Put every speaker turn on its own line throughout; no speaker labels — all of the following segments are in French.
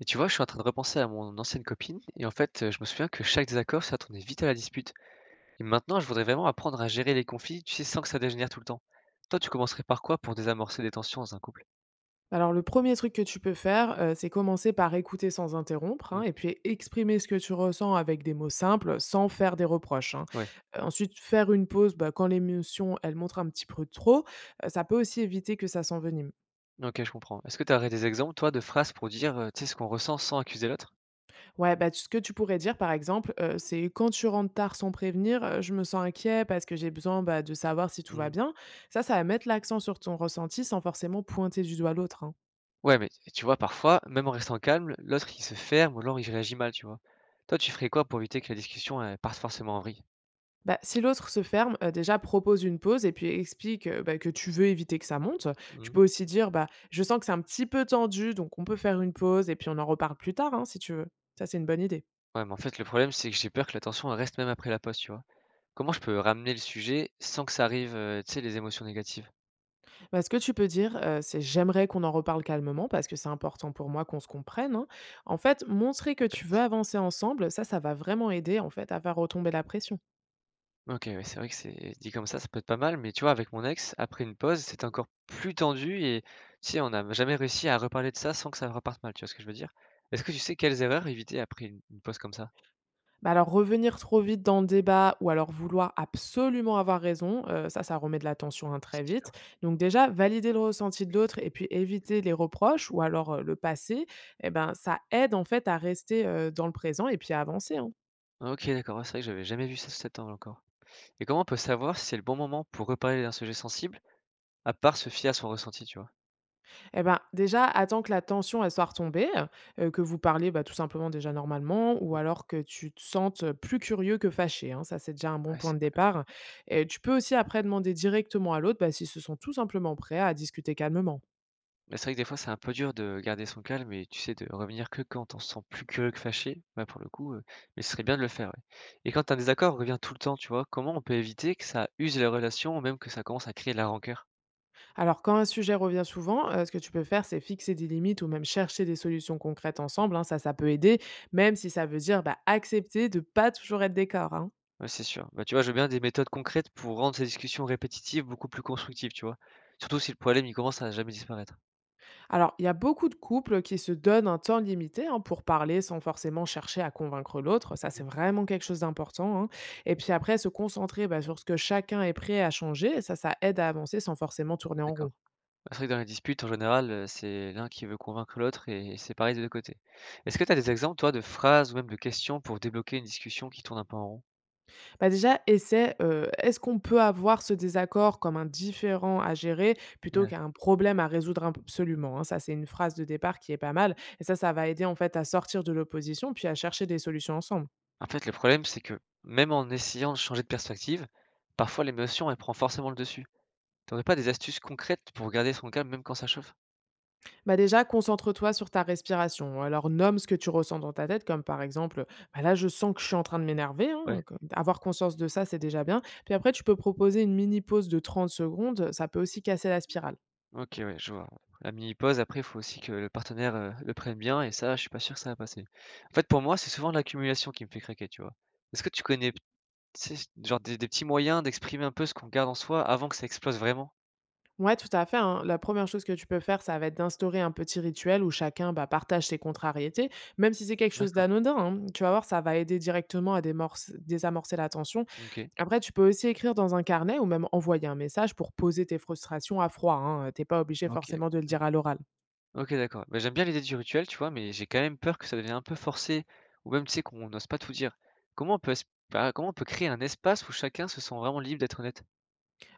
Et tu vois, je suis en train de repenser à mon ancienne copine, et en fait, je me souviens que chaque désaccord, ça tournait vite à la dispute. Et maintenant, je voudrais vraiment apprendre à gérer les conflits, tu sais, sans que ça dégénère tout le temps. Toi, tu commencerais par quoi pour désamorcer des tensions dans un couple?
Alors le premier truc que tu peux faire, c'est commencer par écouter sans interrompre,
Mm.
hein, et puis exprimer ce que tu ressens avec des mots simples, sans faire des reproches, hein.
Ouais,
Ensuite faire une pause, bah, quand l'émotion, elle montre un petit peu trop, ça peut aussi éviter que ça s'envenime.
ok, je comprends. Est-ce que tu aurais des exemples, toi, de phrases pour dire, tu sais, ce qu'on ressent sans accuser l'autre?
Ouais, bah, ce que tu pourrais dire par exemple, c'est: «Quand tu rentres tard sans prévenir, je me sens inquiet parce que j'ai besoin, bah, de savoir si tout va
Mm.
bien». Ça va mettre l'accent sur ton ressenti sans forcément pointer du doigt l'autre, hein.
Ouais, mais tu vois, parfois, même en restant calme, l'autre, il se ferme ou l'autre, il réagit mal, tu vois. Toi, tu ferais quoi pour éviter que la discussion, elle parte forcément en vrille?
Bah, si l'autre se ferme, déjà propose une pause et puis explique, bah, que tu veux éviter que ça monte. Tu
Mm.
peux aussi dire: «Bah, je sens que c'est un petit peu tendu, donc on peut faire une pause et puis on en reparle plus tard, hein, si tu veux». Ça, c'est une bonne idée.
Ouais, mais en fait, le problème, c'est que j'ai peur que la tension, elle reste même après la pause, tu vois. Comment je peux ramener le sujet sans que ça arrive, tu sais, les émotions négatives,
Bah, ce que tu peux dire, c'est: «J'aimerais qu'on en reparle calmement parce que c'est important pour moi qu'on se comprenne, hein». En fait, montrer que
en
tu veux
fait?
avancer ensemble, ça va vraiment aider, en fait, à faire retomber la pression.
OK, ouais, c'est vrai que c'est dit comme ça peut être pas mal, mais tu vois, avec mon ex, après une pause, c'était encore plus tendu et tu sais, on n'a jamais réussi à reparler de ça sans que ça reparte mal, tu vois ce que je veux dire? Est-ce que tu sais quelles erreurs éviter après une pause comme ça?
Bah, alors revenir trop vite dans le débat ou alors vouloir absolument avoir raison, ça, ça remet de la tension, hein,
Si
très vite.
tu
Donc déjà, valider le ressenti de l'autre et puis éviter les reproches ou alors, le passé, et ben, ça aide en fait à rester, dans le présent et puis à avancer, hein.
OK, d'accord, ouais, c'est vrai que j'avais jamais vu ça sous cet angle encore et comment on peut savoir si c'est le bon moment pour reparler d'un sujet sensible, à part se fier à son ressenti, tu vois?
Et ben, déjà, attends que la tension, elle soit retombée, que vous parliez, bah, tout simplement déjà normalement ou
Mmh.
alors que tu te sentes plus curieux que fâché, hein. Ça, c'est déjà un bon
Ouais,
point de départ, et tu peux aussi après demander directement à l'autre, bah, s'ils se sont tout simplement prêts à discuter calmement.
mais c'est vrai que des fois, c'est un peu dur de garder son calme et tu sais, de revenir que quand on se sent plus curieux que fâché, ouais, pour le coup, mais ce serait bien de le faire, ouais. Et quand un désaccord revient tout le temps, tu vois, comment on peut éviter que ça use les relations ou même que ça commence à créer de la rancœur?
Alors, quand un sujet revient souvent, ce que tu peux faire, c'est fixer des limites ou même chercher des solutions concrètes ensemble, hein, ça peut aider, même si ça veut dire, bah, accepter de pas toujours être d'accord, hein.
Ouais, c'est sûr. Bah, tu vois, je veux bien des méthodes concrètes pour rendre ces discussions répétitives beaucoup plus constructives, tu vois? Surtout si le problème, il commence à jamais disparaître.
Alors, il y a beaucoup de couples qui se donnent un temps limité, hein, pour parler sans forcément chercher à convaincre l'autre. Ça, c'est
Mmh,
vraiment quelque chose d'important, hein, et puis après, se concentrer, bah, sur ce que chacun est prêt à changer, ça aide à avancer sans forcément tourner en
d'accord.
rond.
Bah, c'est vrai que dans les disputes, en général, c'est l'un qui veut convaincre l'autre et c'est pareil des 2 côtés. Est-ce que tu as des exemples, toi, de phrases ou même de questions pour débloquer une discussion qui tourne un peu en rond?
Bah, déjà, essaie, est-ce qu'on peut avoir ce désaccord comme un différend à gérer plutôt
Ouais.
qu'un problème à résoudre imp absolument, hein? Ça, c'est une phrase de départ qui est pas mal, et ça va aider, en fait, à sortir de l'opposition puis à chercher des solutions ensemble.
En fait, le problème, c'est que même en essayant de changer de perspective, parfois l'émotion, elle prend forcément le dessus. T'aurais pas des astuces concrètes pour garder son calme même quand ça chauffe?
Bah, déjà, concentre-toi sur ta respiration. Alors nomme ce que tu ressens dans ta tête comme, par exemple, «Bah, là, je sens que je suis en train de m'énerver»,
Ouais,
hein, comme avoir conscience de ça, c'est déjà bien. Puis après, tu peux proposer une mini pause de 30 secondes, ça peut aussi casser la spirale.
OK, ouais, je vois. La mini-pause, après, il faut aussi que le partenaire, le prenne bien et ça, je suis pas sûr que ça va passer. En fait, pour moi, c'est souvent l'accumulation qui me fait craquer, tu vois? Est-ce que tu connais tu sais, genre des petits moyens d'exprimer un peu ce qu'on garde en soi avant que ça explose vraiment?
Ouais, tout à fait, hein. La première chose que tu peux faire, ça va être d'instaurer un petit rituel où chacun, bah, partage ses contrariétés, même si c'est quelque chose
D'accord.
d'anodin, hein. Tu vas voir, ça va aider directement à démorce désamorcer la tension.
OK.
Après, tu peux aussi écrire dans un carnet ou même envoyer un message pour poser tes frustrations à froid, hein, pas obligé
OK,
forcément de le
ouais.
dire à l'oral.
OK, d'accord. Mais j'aime bien l'idée du rituel, tu vois, mais j'ai quand même peur que ça devienne un peu forcé ou même, tu sais, qu'on n'ose pas tout dire. Comment on peut es bah, comment on peut créer un espace où chacun se sent vraiment libre d'être honnête?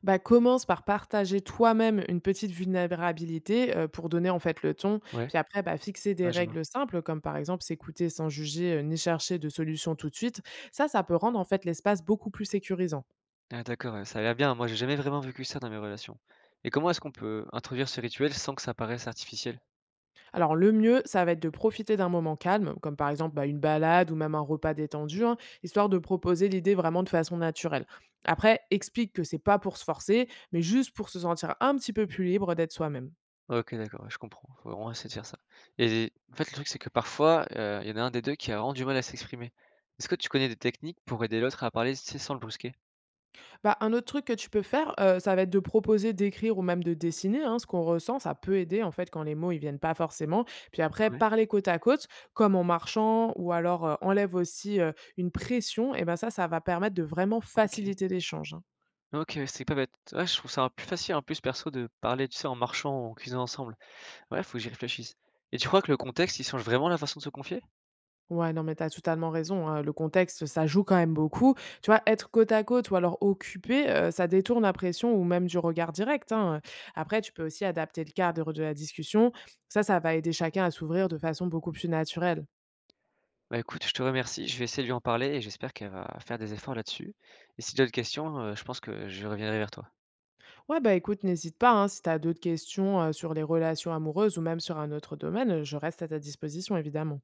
Bah, commence par partager toi-même une petite vulnérabilité, pour donner en fait le ton.
Ouais,
Puis après, bah, fixer des
ouais, je vois.
règles simples comme par exemple s'écouter sans juger, ni chercher de solution tout de suite. Ça peut rendre en fait l'espace beaucoup plus sécurisant.
Ah d'accord, ouais, ça a l'air bien. Moi, j'ai jamais vraiment vécu ça dans mes relations. Et comment est-ce qu'on peut introduire ce rituel sans que ça paraisse artificiel?
Alors le mieux, ça va être de profiter d'un moment calme, comme par exemple, bah, une balade ou même un repas
Mmh.
détendu, hein, histoire de proposer l'idée vraiment de façon naturelle. Après, explique que c'est pas pour se forcer, mais juste pour se sentir un petit peu plus libre d'être soi-même.
OK, d'accord, ouais, je comprends. Faut vraiment essayer de faire ça. Et en fait, le truc, c'est que parfois, il y en a un des 2 qui a vraiment du mal à s'exprimer. Est-ce que tu connais des techniques pour aider l'autre à parler, tu sais, sans le brusquer?
Bah, un autre truc que tu peux faire, ça va être de proposer d'écrire ou même de dessiner, hein, ce qu'on ressent. Ça peut aider, en fait, quand les mots, ils viennent pas forcément. Puis après,
Ouais,
parler côte à côte, comme en marchant ou alors, enlève aussi, une pression, et ben, ça va permettre de vraiment
OK.
faciliter l'échange, hein.
OK, ouais, c'est pas bête. Ouais, je trouve ça plus facile en plus perso de parler, tu sais, en marchant ou en cuisinant ensemble. Ouais, faut que j'y réfléchisse. Et tu crois que le contexte, il change vraiment la façon de se confier?
Ouais, non, mais t'as totalement raison, hein, le contexte, ça joue quand même beaucoup. Tu vois, être côte à côte ou alors occupé, ça détourne la pression ou même du regard direct, hein. Après, tu peux aussi adapter le cadre de la discussion. Ça va aider chacun à s'ouvrir de façon beaucoup plus naturelle.
Bah écoute, je te remercie, je vais essayer de lui en parler et j'espère qu'elle va faire des efforts là-dessus. Et si j'ai d'autres questions, je pense que je reviendrai vers toi.
Ouais, bah, écoute, n'hésite pas, hein, si tu as d'autres questions, sur les relations amoureuses ou même sur un autre domaine, je reste à ta disposition évidemment.